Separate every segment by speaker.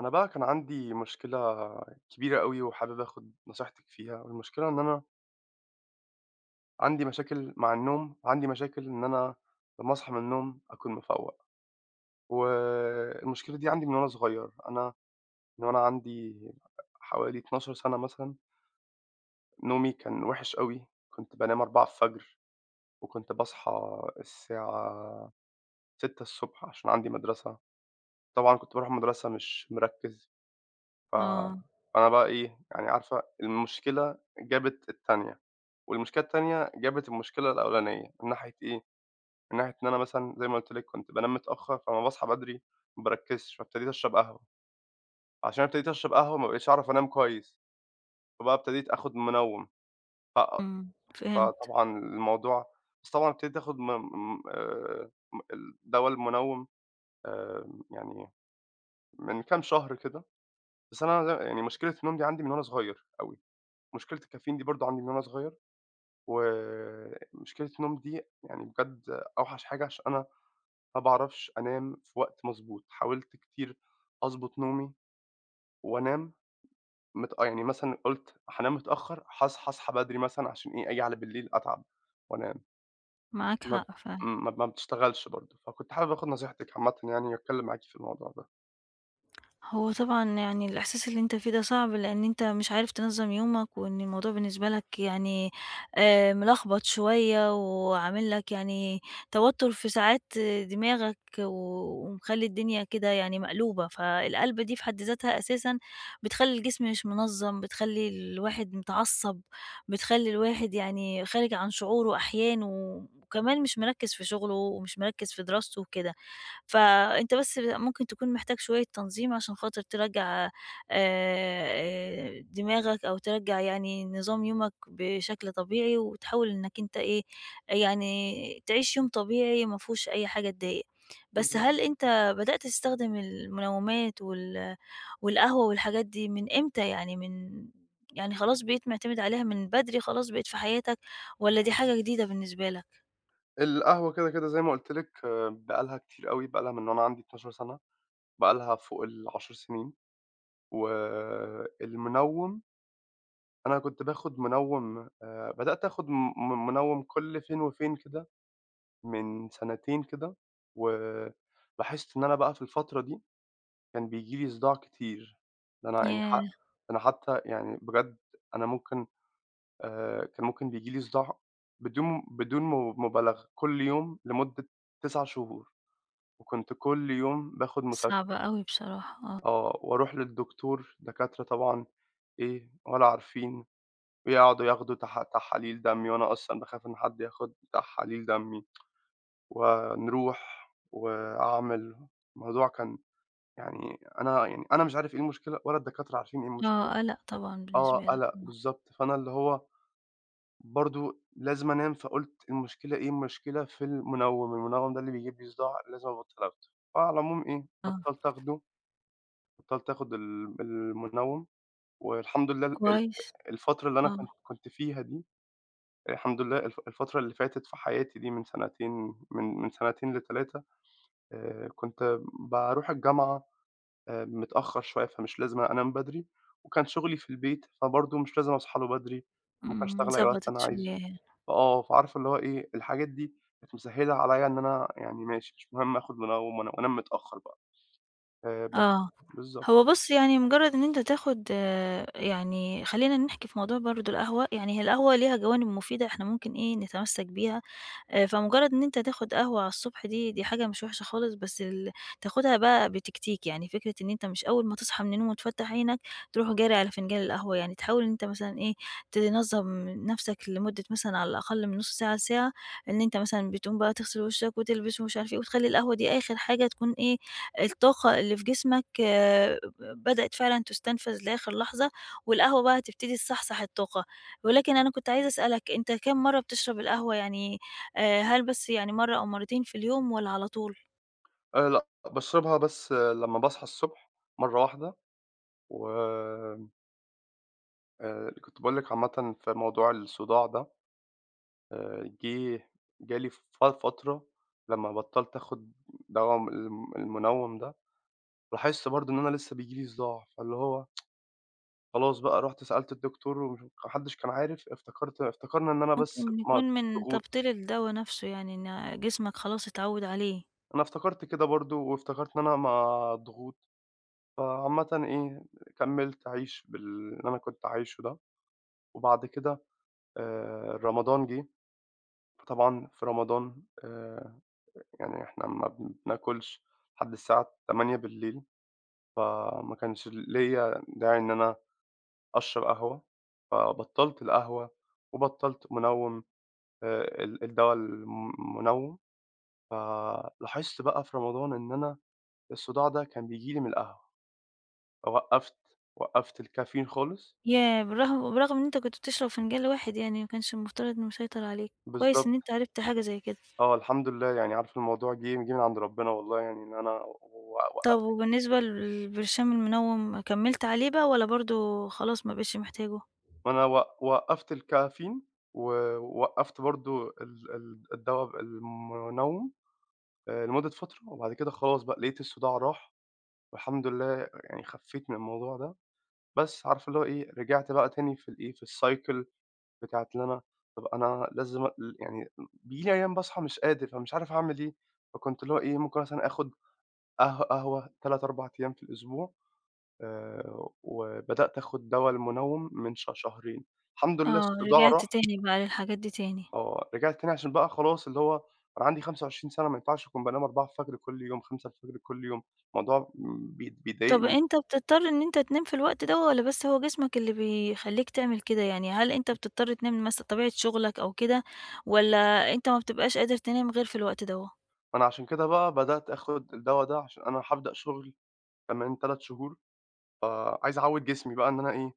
Speaker 1: أنا بقى كان عندي مشكلة كبيرة أوي وحابب آخُد نصيحتِك فيها، والمشكلة إن أنا عندي مشاكل مع النوم، عندي مشاكل إن أنا لمّا أصحى من النوم أكون مفوّق، والمشكلة دي عندي من وأنا صغير، أنا من وأنا عندي حوالي 12 سَنة مثلًا، نومي كان وِحِش أوي، كنت بانام 4:00 وكنت باصحى الساعة 6:00 عشان عندي مدرسة، طبعًا كنت باروح المدرسة مش مركّز. ف
Speaker 2: آه،
Speaker 1: فأنا بقى إيه، يعني عارفة المشكلة جابت التانية، والمشكلة التانية جابت المشكلة الأولانية، من ناحية إيه، من ناحية إن أنا مثلًا زي ما قُلت لِك كنت بانام متأخّر، فلمّا باصحى بدري ما باركّزش، فابتديت أشرب قهوة، عشان ابتديت أشرب قهوة ما بقيتش أعرف أنام كويس، فبقى ابتديت آخُد منوّم، ف
Speaker 2: فهمت،
Speaker 1: فطبعًا الموضوع، بس طبعًا ابتديت آخُد م م م الدوا المنوّم يعني من كام شهر كده، بس أنا يعني مشكلة النوم دي عندي من وأنا صغير أوي. مشكلة الكافيين دي برضه عندي من وأنا صغير، ومشكلة النوم دي يعني بجد أوحش حاجة عشان أنا ما باعرفش أنام في وقت مضبوط، حاولت كتير أضبط نومي وأنام يعني مثلًا قُلت هانام متأخر، هاصحى أصحى بدري مثلًا عشان إيه، آجي على بالليل أتعب وأنام،
Speaker 2: معاك
Speaker 1: ما
Speaker 2: حق فعلًا.
Speaker 1: إمم، ما ما بتشتغلش برضه، فكنت حابب آخد نصيحتِك عامةً يعني وأتكلم معاكِ في الموضوع ده.
Speaker 2: هو طبعًا يعني الإحساس اللي أنت فيه ده صعب، لإن أنت مش عارف تنظّم يومك، وإن الموضوع بالنسبة لك يعني ملخبط شوية، وعامل لك يعني توتر في ساعات دماغك، ومخلّي الدنيا كده يعني مقلوبة، فالقلبة دي في حد ذاتها أساسًا بتخلّي الجسم مش منظّم، بتخلّي الواحد متعصب، بتخلّي الواحد يعني خارج عن شعوره أحيان، وكمان مش مركّز في شغله، ومش مركّز في دراسته وكده. فأنت بس ممكن تكون محتاج شوية تنظيم عشان خاطر ترجّع دماغك أو ترجّع يعني نظام يومك بشكل طبيعي، وتحاول إنك أنت إيه، يعني تعيش يوم طبيعي ما فيهوش أي حاجة تضايقك. بس
Speaker 1: بالضبط.
Speaker 2: هل أنت بدأت تستخدم المنومات والقهوة والحاجات دي من إمتى يعني من يعني خلاص بقيت معتمد عليها من بدري خلاص بقت في حياتك، والّا دي حاجة جديدة بالنسبة لك؟
Speaker 1: القهوة كده، كده زي ما قُلت لِك بقى لها كتير أوي، بقى لها من وأنا عندي 12 سنة، بقى لها فوق ال10 سنين. والمنوّم، أنا كنت باخُد منوّم، بدأت آخُد منوّم كل فين وفين كده من سنتين كده، ولاحظت إن أنا بقى في الفترة دي كان بييجي لي صداع كتير، ده أنا يعني ح ده
Speaker 2: ياه!
Speaker 1: أنا حتّى يعني بجد أنا ممكن، كان ممكن بييجي لي صداع بدون مبالغة كل يوم لمدة 9 شهور، وكنت كل يوم باخُد مسك.
Speaker 2: صعبة أوي بصراحة، آه.
Speaker 1: آه، وأروح للدكتور، دكاترة طبعًا إيه ولا عارفين، ويقعدوا ياخدوا تحاليل دمي، وأنا أصلًا باخاف إن حد ياخد تحاليل دمي، ونروح وأعمل، الموضوع كان، يعني أنا مش عارف إيه المشكلة ولا الدكاترة عارفين إيه المشكلة.
Speaker 2: آه، قَلَق طبعًا
Speaker 1: آه
Speaker 2: بالنسبة لك،
Speaker 1: قلق
Speaker 2: آه،
Speaker 1: بالضبط، فأنا اللي هو برضه لازم أنام، فقُلت المشكلة إيه، المشكلة في المنوِّم، المنوِّم ده اللي بيجيب لي صداع لازم أبطّل آخده، فعلى العموم إيه،
Speaker 2: آه،
Speaker 1: بطّلت آخده، بطّلت آخد المنوِّم والحمد لله
Speaker 2: كويس،
Speaker 1: الفترة اللي أنا
Speaker 2: آه،
Speaker 1: كنت فيها دي، الحمد لله الفترة اللي فاتت في حياتي دي من سنتين، من سنتين ل3. كنت باروح الجامعة متأخر شوية، فمش لازم أنام بدري، وكان شغلي في البيت، فبرضه مش لازم أصحى له بدري، ممكن أشتغل أي وقت
Speaker 2: ضبطت
Speaker 1: أنا
Speaker 2: شوية
Speaker 1: عايزه.
Speaker 2: يعني،
Speaker 1: فآه، فعارفة اللي هو إيه، الحاجات دي كانت مسهِّلة عليّا إن أنا يعني ماشي، مش مهم آخُد منوّم وأنام متأخر بقى. بس
Speaker 2: آه،
Speaker 1: بالضبط.
Speaker 2: هو بُص يعني مجرّد إن أنت تاخد يعني خلّينا نحكي في موضوع برضه القهوة، يعني هي القهوة ليها جوانب مفيدة إحنا ممكن إيه نتمسّك بيها فمجرد إن أنت تاخد قهوة على الصبح دي، دي حاجة مش وحشة خالص، بس ال تاخدها بقى بتكتيك، يعني فكرة إن أنت مش أول ما تصحى من النوم وتفتح عينك تروح جاري على فنجان القهوة، يعني تحاول إن أنت مثلًا إيه، تنظّم نفسك لمدة مثلًا على الأقل من نُص ساعة لساعة، إن أنت مثلًا بتقوم بقى تغسل وشك وتلبس ومش عارف إيه، وتخلّي القهوة دي آخر حاجة تكون إيه، الطاقة اللي في جسمك بدأت فعلًا تُستنفذ لآخر لحظة، والقهوة بقى هتبتدي تصحصح الطاقة. ولكن أنا كنت عايزة أسألك، أنت كام مرّة بتشرب القهوة؟ يعني هل بس يعني مرّة أو مرّتين في اليوم والّا على طول؟
Speaker 1: لأ، باشربها بس آه، لمّا باصحى الصبح مرّة واحدة، و كنت باقول لِك عامةً في موضوع الصُداع ده، جه جالي فترة لمّا بطّلت آخُد دوا المنوّم ده، لاحظت برضه إن أنا لسّه بييجي لي صداع، فاللي هو خلاص بقى رُحت سألت الدكتور ومش، ما حدّش كان عارف، افتكرنا إن أنا بس
Speaker 2: ممكن يكون من
Speaker 1: مضغوط،
Speaker 2: تبطيل الدوا نَفْسه يعني إن جسمك خلاص اتعوّد عليه.
Speaker 1: أنا افتكرت كده برضه وافتكرت إن أنا مضغوط، فعامةً إيه، كمّلت أعيش باللي أنا كنت عايشه ده، وبعد كده رمضان جِه، فطبعًا في رمضان يعني إحنا ما بناكلش لحد الساعة 20:00، فما كانش ليّا داعي إن أنا أشرب قهوة، فبطّلت القهوة وبطّلت منوِّم، ال الدوا المنوِّم، فلاحظت بقى في رمضان إن أنا الصداع ده كان بييجي لي من القهوة، فوقّفت، وقّفت الكافيين خالص.
Speaker 2: ياه! بالرغم إن أنت كنت بتشرب فنجان واحد يعني ما كانش المفترض إنه يسيطر عليك، كويس إن
Speaker 1: بالضبط،
Speaker 2: أنت عرفت حاجة زي كده.
Speaker 1: آه الحمد لله يعني عارف الموضوع جِه من عند ربنا والله، يعني إن أنا
Speaker 2: طَب
Speaker 1: وقّفت
Speaker 2: وبالنسبة للبرشام المنوّم كمّلت عليه بقى والّا برضه خلاص ما بقيتش محتاجه؟
Speaker 1: وأنا وقّفت الكافيين، ووقّفت برضه ال الدوا المنوِّم. لمدة فترة، وبعد كده خلاص بقى لقيت الصداع راح، والحمد لله يعني خفّيت من الموضوع ده، بس عارفة اللي هو إيه، رجعت بقى تاني في الإيه، في الcycle بتاعة اللي أنا، طَب أنا لازم أ ل يعني بييجي لي أيام باصحى مش قادر، فمش عارف أعمل إيه، فكنت اللي هو إيه، ممكن مثلًا آخُد قهوة 3، 4 أيام في الأسبوع، وبدأت آخُد دوا المنوِّم من شهرين، الحمد لله
Speaker 2: آه،
Speaker 1: الصداع
Speaker 2: رجعت
Speaker 1: راح.
Speaker 2: تاني بقى للحاجات دي تاني.
Speaker 1: آه، رجعت تاني عشان بقى خلاص اللي هو أنا عندي 25 سَنة، ما ينفعش أكون بانام 4:00 كل يوم، 5:00 كل يوم، الموضوع
Speaker 2: طب
Speaker 1: بيضايقني،
Speaker 2: أنت بتضطر إن أنت تنام في الوقت ده والّا بس هو جسمك اللي بيخلّيك تعمل كده؟ يعني هل أنت بتضطر تنام مثلًا طبيعة شغلك أو كده والّا أنت ما بتبقاش قادر تنام غير في الوقت دوّة؟
Speaker 1: فأنا عشان كده بقى بدأت آخُد الدوا ده عشان أنا هابدأ شُغل كمان 3 شهور، فعايز أعوّد جسمي بقى إن أنا إيه،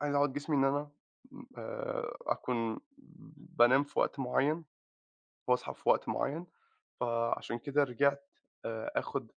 Speaker 1: عايز أعوّد جسمي إن أنا م أكون بانام في وقت معيّن واصحى في وقت معيّن، فعشان كده رجعت آخُد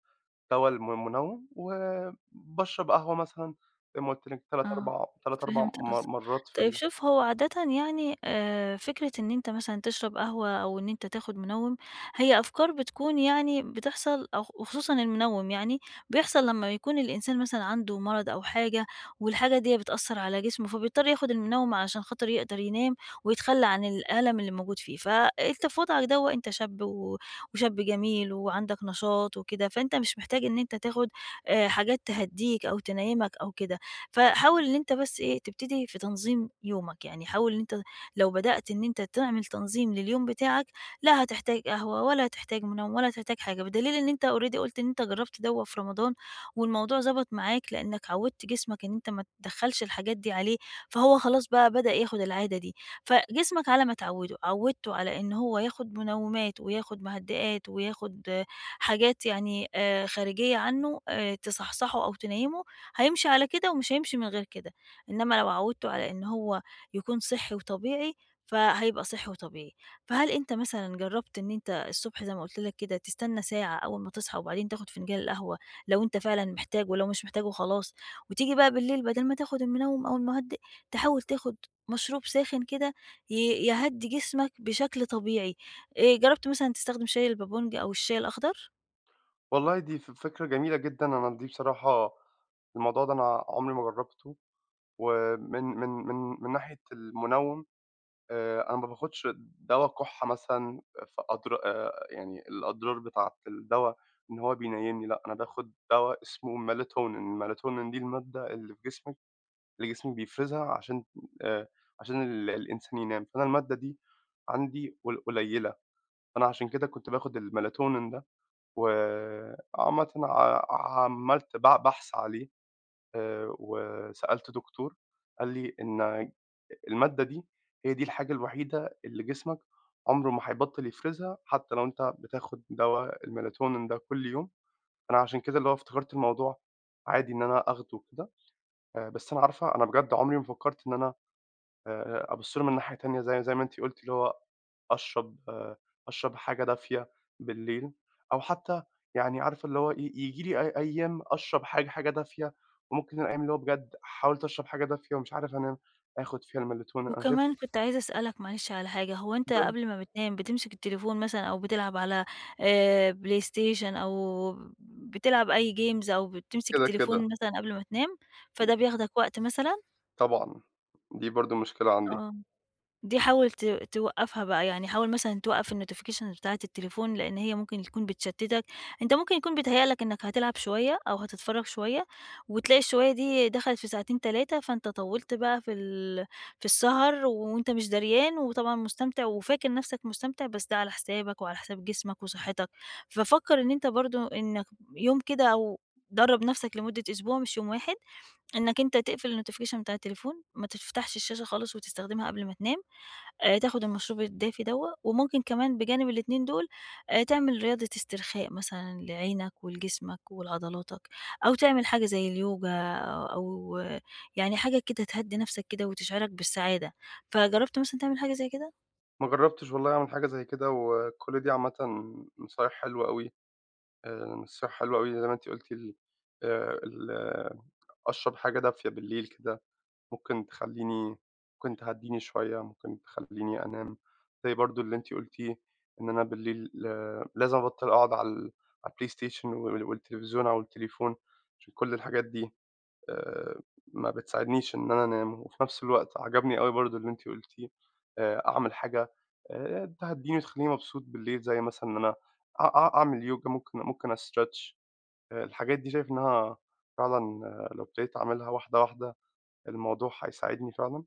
Speaker 1: دوا منوّم وباشرب قهوة مثلًا زي ما قُلت لك 3،
Speaker 2: آه،
Speaker 1: 4
Speaker 2: فهمت قصدك.
Speaker 1: مرّات في
Speaker 2: طيب
Speaker 1: ال.
Speaker 2: شوف هو عادةً يعني فكرة إن أنت مثلًا تشرب قهوة أو إن أنت تاخد منوِّم، هي أفكار بتكون يعني بتحصل أو وخصوصًا المنوِّم يعني، بيحصل لمّا يكون الإنسان مثلًا عنده مرض أو حاجة، والحاجة ديّة بتأثّر على جسمه، فبيضطر ياخد المنوِّم علشان خاطر يقدر ينام ويتخلّى عن الألم اللي موجود فيه. فأنت في وضعك دوّة أنت شاب وشاب جميل وعندك نشاط وكده، فأنت مش محتاج إن أنت تاخد حاجات تهدّيك أو تنيّمك أو كده. فحاول إن أنت بس إيه، تبتدي في تنظيم يومك، يعني حاول إن أنت لو بدأت إن أنت تعمل تنظيم لليوم بتاعك، لا هتحتاج قهوة ولا هتحتاج منوم ولا هتحتاج حاجة، بدليل إن أنت already قُلت إن أنت جرّبت دوّة في رمضان والموضوع ضبط معاك لإنك عوّدت جسمك إن أنت ما تدخّلش الحاجات دي عليه، فهو خلاص بقى بدأ ياخد العادة دي، فجسمك على ما تعوّده، عوّدته على إن هو ياخد منومات وياخد مهدئات وياخد آه، حاجات يعني خارجية عنّه تصحصحه أو تنيّمه هيمشي على كده ومش هيمشي من غير كده، إنما لو عوّدته على إن هو يكون صحّي وطبيعي، فهيبقى صحّي وطبيعي. فهل أنت مثلًا جرّبت إن أنت الصبح زي ما قُلت لك كده تستنى ساعة أول ما تصحى وبعدين تاخُد فنجان القهوة لو أنت فعلًا محتاج ولو مش محتاجه خلاص، وتيجي بقى بالليل بدل ما تاخُد المنوِّم أو المُهدِّئ تحاول تاخُد مشروب ساخن كده ي يهدّي جسمك بشكل طبيعي. جرّبت مثلًا تستخدم شاي البابونج أو الشاي الأخضر؟
Speaker 1: والله دي فكرة جميلة جدًا، أنا دي بصراحة الموضوع ده أنا عمري ما جرّبته، ومن من من من ناحية المنوِّم أنا ما باخدش دوا كُحّة مثلًا، فأضر يعني الأضرار بتاعة الدوا إن هو بينيّمني، لأ، أنا باخد دوا اسمه melatonin دي المادة اللي في جسمِك، اللي جسمِك بيفرزها عشان، آآ، عشان الإنسان ينام، فأنا المادة دي عندي قليّلة، فأنا عشان كده كنت باخد الmelatonin ده. وعامةً عملت بحث عليه، وسألت دكتور، قال لي: "إن المادة دي هي دي الحاجة الوحيدة اللي جسمك عمره ما هيبطّل يفرزها حتى لو أنت بتاخد دوا الMelatonin ده كل يوم." أنا عشان كده اللي هو افتكرت الموضوع عادي إن أنا آخده وكده، بس أنا عارفة أنا بجد عمري ما فكّرت إن أنا أبُص له من ناحية تانية، زي ما أنتِ قُلتِ اللي هو أشرب، أشرب حاجة دافية بالليل، أو حتى يعني عارفة اللي هو ييجي لي أي أيام أشرب حاجة دافية، وممكن الأيام اللي هو بجد حاولت أشرب حاجة دافية ومش عارف أنام، آخُد فيها الmelatonin أنا شايف
Speaker 2: وكمان كنت عايزة أسألك معلش على حاجة، هو أنت
Speaker 1: ده
Speaker 2: قبل ما بتنام بتمسك التليفون مثلًا أو بتلعب على بلايستيشن أو بتلعب أي games أو بتمسك
Speaker 1: كده.
Speaker 2: التليفون مثلًا قبل ما تنام، فده بياخدك وقت مثلًا؟
Speaker 1: طبعًا، دي برضه مشكلة عندي.
Speaker 2: آه. دي حاول توقّفها بقى، يعني حاول مثلًا توقّف الnotifications بتاعة التليفون، لإن هي ممكن تكون بتشتتك، أنت ممكن يكون بيتهيأ لك إنك هتلعب شوية أو هتتفرّج شوية، وتلاقي الشوية دي دخلت في ساعتين 3 فأنت طوّلت بقى في السهر وأنت مش دريان، وطبعًا مستمتع وفاكر نفْسك مستمتع، بس ده على حسابك وعلى حساب جسمك وصحتك، ففكّر إن أنت برضه إنك يوم كده أو درّب نفْسك لمدة أسبوع مش يوم واحد، إنك أنت تقفل الnotification بتاع التليفون، ما تفتحش الشاشة خالص وتستخدمها قبل ما تنام. تاخد المشروب الدافي دوّة، وممكن كمان بجانب الاتنين دول تعمل رياضة استرخاء مثلًا لعينك ولجسمك ولعضلاتك، أو تعمل حاجة زي اليوجا أو، يعني حاجة كده تهدّي نَفْسك كده وتشعرك بالسعادة، فجرّبت مثلًا تعمل حاجة زي كده؟
Speaker 1: ما جرّبتش والله أعمل حاجة زي كده، وكل دي عامةً نصايح حلوة أوي، نصايح حلوة أوي زي ما أنتِ قُلتِ ال ال أشرب حاجة دافية بالليل كده، ممكن تخلّيني، ممكن تهدّيني شوية، ممكن تخلّيني أنام، زي برضه اللي أنتِ قُلتيه إن أنا بالليل آه، لازم أبطّل أقعد على على الPlayStation والتلفزيون أو التليفون، عشان كل الحاجات دي آآ ما بتساعدنيش إن أنا أنام، وفي نفس الوقت عجبني أوي برضه اللي أنتِ قُلتيه، أعمل حاجة تهدّيني وتخلّيني مبسوط بالليل، زي مثلًا إن أنا أ أ أعمل يوجا، ممكن أstretch، الحاجات دي شايف إنها فعلًا، آه، لو ابتديت أعملها واحدة، واحدة، الموضوع هيساعدني فعلًا،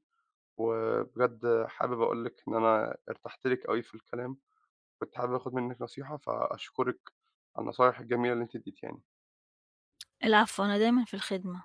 Speaker 1: وبجد حابب أقول لِك إن أنا ارتحت لِك أوي في الكلام، كنت حابب آخُد منِّك نصيحة، فأشكرِك على النصايح الجميلة اللي أنتِ ادّيتيهاني.
Speaker 2: العفو، أنا دايمًا في الخدمة.